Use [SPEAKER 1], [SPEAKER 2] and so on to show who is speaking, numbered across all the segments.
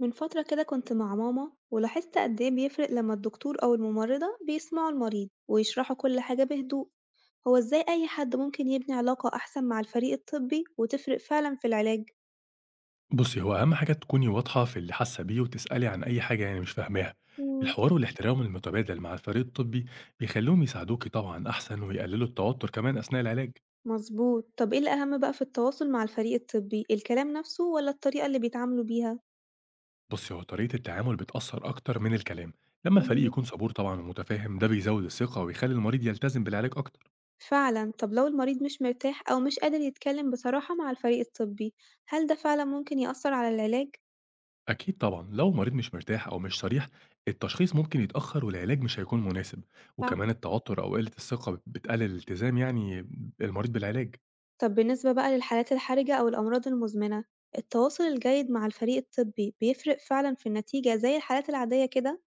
[SPEAKER 1] من فترة كده كنت مع ماما ولاحظت قد إيه بيفرق لما الدكتور أو الممرضة بيسمعوا المريض ويشرحوا كل حاجة بهدوء، هو إزاي أي حد ممكن يبني علاقة أحسن مع الفريق الطبي وتفرق فعلا في العلاج؟
[SPEAKER 2] بُصّي، هو أهم حاجة تكوني واضحة في اللي حاسة بيه وتسألي عن أي حاجة يعني مش فاهماها،
[SPEAKER 1] مم.
[SPEAKER 2] الحوار والاحترام المتبادل مع الفريق الطبي بيخلّوهم يساعدوكِ طبعًا أحسن ويقللوا التوتر كمان أثناء العلاج.
[SPEAKER 1] مظبوط، طب إيه الأهم بقى في التواصل مع الفريق الطبي، الكلام نفسه ولا الطريقة اللي بيتعاملوا بيها؟
[SPEAKER 2] بُصّي، هو طريقة التعامل بتأثّر أكتر من الكلام، لمّا الفريق
[SPEAKER 1] مم.
[SPEAKER 2] يكون صبور طبعًا ومتفاهم ده بيزوّد الثقة ويخلّي المريض يلتزم بالعلاج أكتر.
[SPEAKER 1] فعلا، طب لو المريض مش مرتاح أو مش قادر يتكلم بصراحة مع الفريق الطبي، هل ده فعلا ممكن يأثر على العلاج؟
[SPEAKER 2] أكيد طبعًا لو المريض مش مرتاح أو مش صريح، التشخيص ممكن يتأخر والعلاج مش هيكون مناسب، وكمان التوتر أو قلة الثقة بتقلل الالتزام يعني المريض بالعلاج.
[SPEAKER 1] طب بالنسبة بقى للحالات الحرجة أو الأمراض المزمنة، التواصل الجيد مع الفريق الطبي بيفرق فعلًا في النتيجة زي الحالات العادية كده؟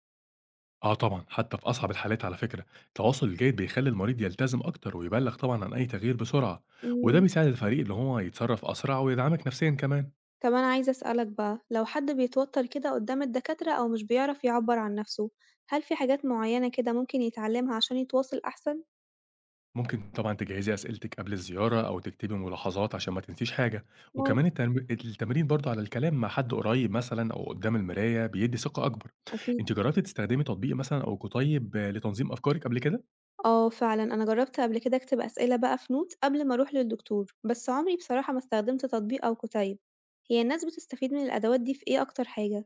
[SPEAKER 2] آه طبعًا، حتى في أصعب الحالات على فكرة، التواصل الجيد بيخلّي المريض يلتزم أكتر ويبلّغ طبعًا عن أي تغيير بسرعة، وده
[SPEAKER 1] إمم،
[SPEAKER 2] بيساعد الفريق إن هو يتصرّف أسرع ويدعمك نفسيًا كمان.
[SPEAKER 1] طب أنا عايزة أسألك بقى لو حد بيتوتر كده قدام الدكاترة أو مش بيعرف يعبّر عن نفسه، هل في حاجات معينة كده ممكن يتعلمها عشان يتواصل أحسن؟
[SPEAKER 2] ممكن طبعًا تجهّزي أسئلتِك قبل الزيارة أو تكتبي ملاحظات عشان ما تنسيش حاجة، وكمان
[SPEAKER 1] ممكن،
[SPEAKER 2] التمرين برضه على الكلام مع حد قريب مثلًا أو قدّام المراية بيدّي ثقة أكبر.
[SPEAKER 1] أكيد.
[SPEAKER 2] أنتِ جرّبتِ تستخدمي تطبيق مثلًا أو كتيب لتنظيم أفكارِك قبل كده؟
[SPEAKER 1] آه فعلًا أنا جربت قبل كده أكتب أسئلة بقى في نوت قبل ما أروح للدكتور، بس عمري بصراحة ما استخدمت تطبيق أو كتيب، هي الناس بتستفيد من الأدوات دي في إيه أكتر حاجة؟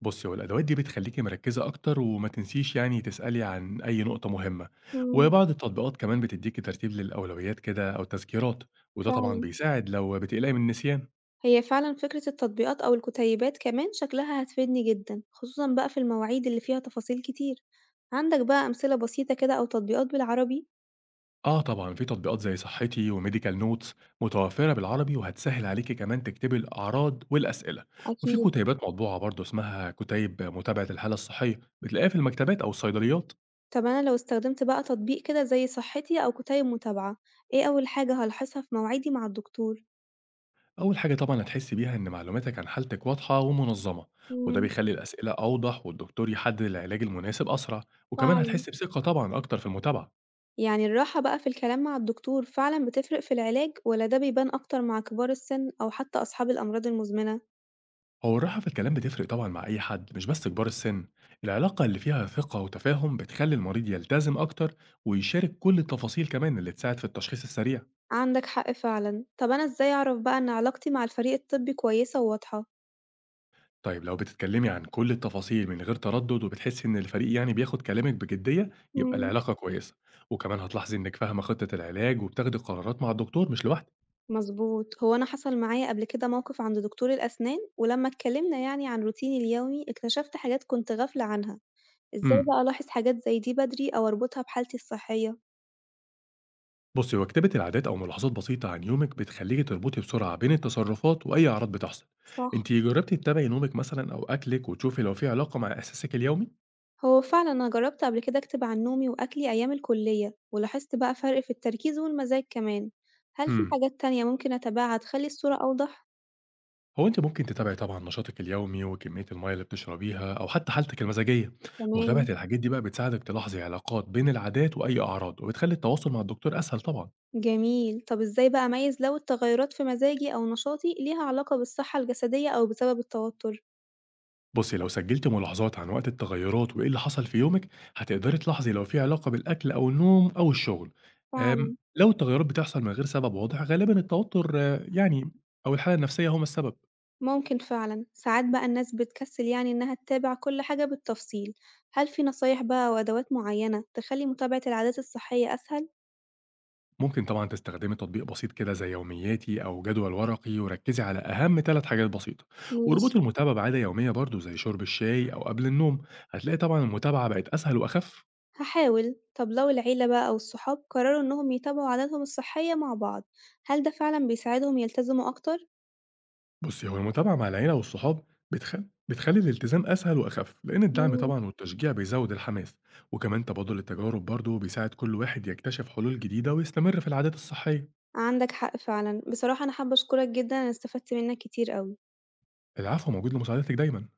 [SPEAKER 2] بُصّي، هو الأدوات دي بتخلّيكِ مركّزة أكتر وما تنسيش يعني تسألي عن أي نقطة مهمة،
[SPEAKER 1] إمم،
[SPEAKER 2] وبعض التطبيقات كمان بتدّيكِ ترتيب للأولويات كده أو تذكيرات، وده طبعًا
[SPEAKER 1] فعلًا.
[SPEAKER 2] بيساعد لو بتقلقي من النسيان.
[SPEAKER 1] هي فعلًا فكرة التطبيقات أو الكتيبات كمان شكلها هتفيدني جدًا، خصوصًا بقى في المواعيد اللي فيها تفاصيل كتير. عندك بقى أمثلة بسيطة كده أو تطبيقات بالعربي؟
[SPEAKER 2] آه طبعًا، في تطبيقات زي صحتي وmedical notes متوفّرة بالعربي وهتسهّل عليكِ كمان تكتبي الأعراض والأسئلة، وفي
[SPEAKER 1] أكيد.
[SPEAKER 2] كُتيبات مطبوعة برضه اسمها كُتيب متابعة الحالة الصحية، بتلاقيها في المكتبات أو الصيدليات.
[SPEAKER 1] طب أنا لو استخدمت بقى تطبيق كده زي صحتي أو كتيب متابعة، إيه أول حاجة هالاحظها في مواعيدي مع الدكتور؟
[SPEAKER 2] أول حاجة طبعًا هتحسي بيها إن معلوماتك عن حالتك واضحة ومنظمة، وده
[SPEAKER 1] إمم،
[SPEAKER 2] بيخلي الأسئلة أوضح والدكتور يحدد العلاج المناسب أسرع، وكمان
[SPEAKER 1] فعلًا.
[SPEAKER 2] هتحس بثقة طبعًا أكتر في المتابعة.
[SPEAKER 1] يعني الراحة بقى في الكلام مع الدكتور فعلًا بتفرق في العلاج والّا ده بيبان أكتر مع كبار السن أو حتى أصحاب الأمراض المزمنة؟
[SPEAKER 2] هو الراحة في الكلام بتفرق طبعًا مع أي حد مش بس كبار السن، العلاقة اللي فيها ثقة وتفاهم بتخلي المريض يلتزم أكتر ويشارك كل التفاصيل كمان اللي تساعد في التشخيص السريع.
[SPEAKER 1] عندك حق فعلًا. طب أنا إزاي أعرف بقى إن علاقتي مع الفريق الطبي كويسة وواضحة؟
[SPEAKER 2] طيب لو بتتكلمي عن كل التفاصيل من غير تردد وبتحسي إن الفريق يعني بياخد كلامك بجدية يبقى
[SPEAKER 1] إمم،
[SPEAKER 2] العلاقة كويسة، وكمان هتلاحظي إنك فاهمة خطة العلاج وبتاخدي قرارات مع الدكتور مش لوحدك.
[SPEAKER 1] مضبوط. هو أنا حصل معايا قبل كده موقف عند دكتور الأسنان، ولمّا اتكلمنا يعني عن روتيني اليومي، اكتشفت حاجات كنت غافلة عنها. إزاي
[SPEAKER 2] امم
[SPEAKER 1] بقى ألاحظ حاجات زي دي بدري أو أربطها بحالتي الصحية؟
[SPEAKER 2] بصي هو كتابة العادات أو ملاحظات بسيطة عن يومك بتخليكي تربطي بسرعة بين التصرفات وأي أعراض بتحصل.
[SPEAKER 1] صح،
[SPEAKER 2] أنت جربتي تتابعي نومك مثلا أو أكلك وتشوفي لو في علاقة مع إحساسك اليومي؟
[SPEAKER 1] هو فعلًا أنا جربت قبل كده أكتب عن نومي وأكلي أيام الكلية، ولاحظت بقى فرق في التركيز والمزاج كمان. هل في
[SPEAKER 2] امم
[SPEAKER 1] حاجات تانية ممكن أتابعها تخلي الصورة أوضح؟
[SPEAKER 2] هو أنت ممكن تتابعي طبعا نشاطك اليومي وكمية المية اللي بتشربيها أو حتى حالتك المزاجية. متابعة
[SPEAKER 1] تمام،
[SPEAKER 2] الحاجات دي بقى بتساعدك تلاحظي علاقات بين العادات وأي أعراض وبتخلي التواصل مع الدكتور أسهل طبعا.
[SPEAKER 1] جميل. طب إزاي بقى أميز لو التغيرات في مزاجي أو نشاطي ليها علاقة بالصحة الجسدية أو بسبب التوتر؟
[SPEAKER 2] بصي لو سجلت ملاحظات عن وقت التغيرات وإيه اللي حصل في يومك هتقدري تلاحظي لو في علاقة بالأكل أو النوم أو الشغل، أم
[SPEAKER 1] فعلًا.
[SPEAKER 2] لو التغيرات بتحصل من غير سبب واضح غالبا التوتر يعني أو الحالة النفسية هما السبب.
[SPEAKER 1] ممكن فعلًا، ساعات بقى الناس بتكسل يعني إنها تتابع كل حاجة بالتفصيل، هل في نصايح بقى أو أدوات معينة تخلي متابعة العادات الصحية أسهل؟
[SPEAKER 2] ممكن طبعا تستخدمي تطبيق بسيط كده زي يومياتي أو جدول ورقي وركزي على أهم ثلاث حاجات بسيطة،
[SPEAKER 1] ماشي،
[SPEAKER 2] واربطي المتابعة بعادة يومية برضو زي شرب الشاي أو قبل النوم، هتلاقي طبعا المتابعة بقت أسهل وأخف.
[SPEAKER 1] هحاول، طب لو العيلة بقى أو الصحاب قرروا إنهم يتابعوا عاداتهم الصحية مع بعض، هل ده فعلًا بيساعدهم يلتزموا أكتر؟
[SPEAKER 2] بُصّي، هو المتابعة مع العيلة والصحاب بتخ بتخلّي الالتزام أسهل وأخف، لإن الدعم
[SPEAKER 1] إمم،
[SPEAKER 2] طبعًا والتشجيع بيزوّد الحماس، وكمان تبادل التجارب برضه بيساعد كل واحد يكتشف حلول جديدة ويستمر في العادات الصحية.
[SPEAKER 1] عندك حق فعلًا، بصراحة أنا حابة أشكرك جدًا أنا استفدت منك كتير أوي.
[SPEAKER 2] العفو، موجود لمساعدتِك دايمًا.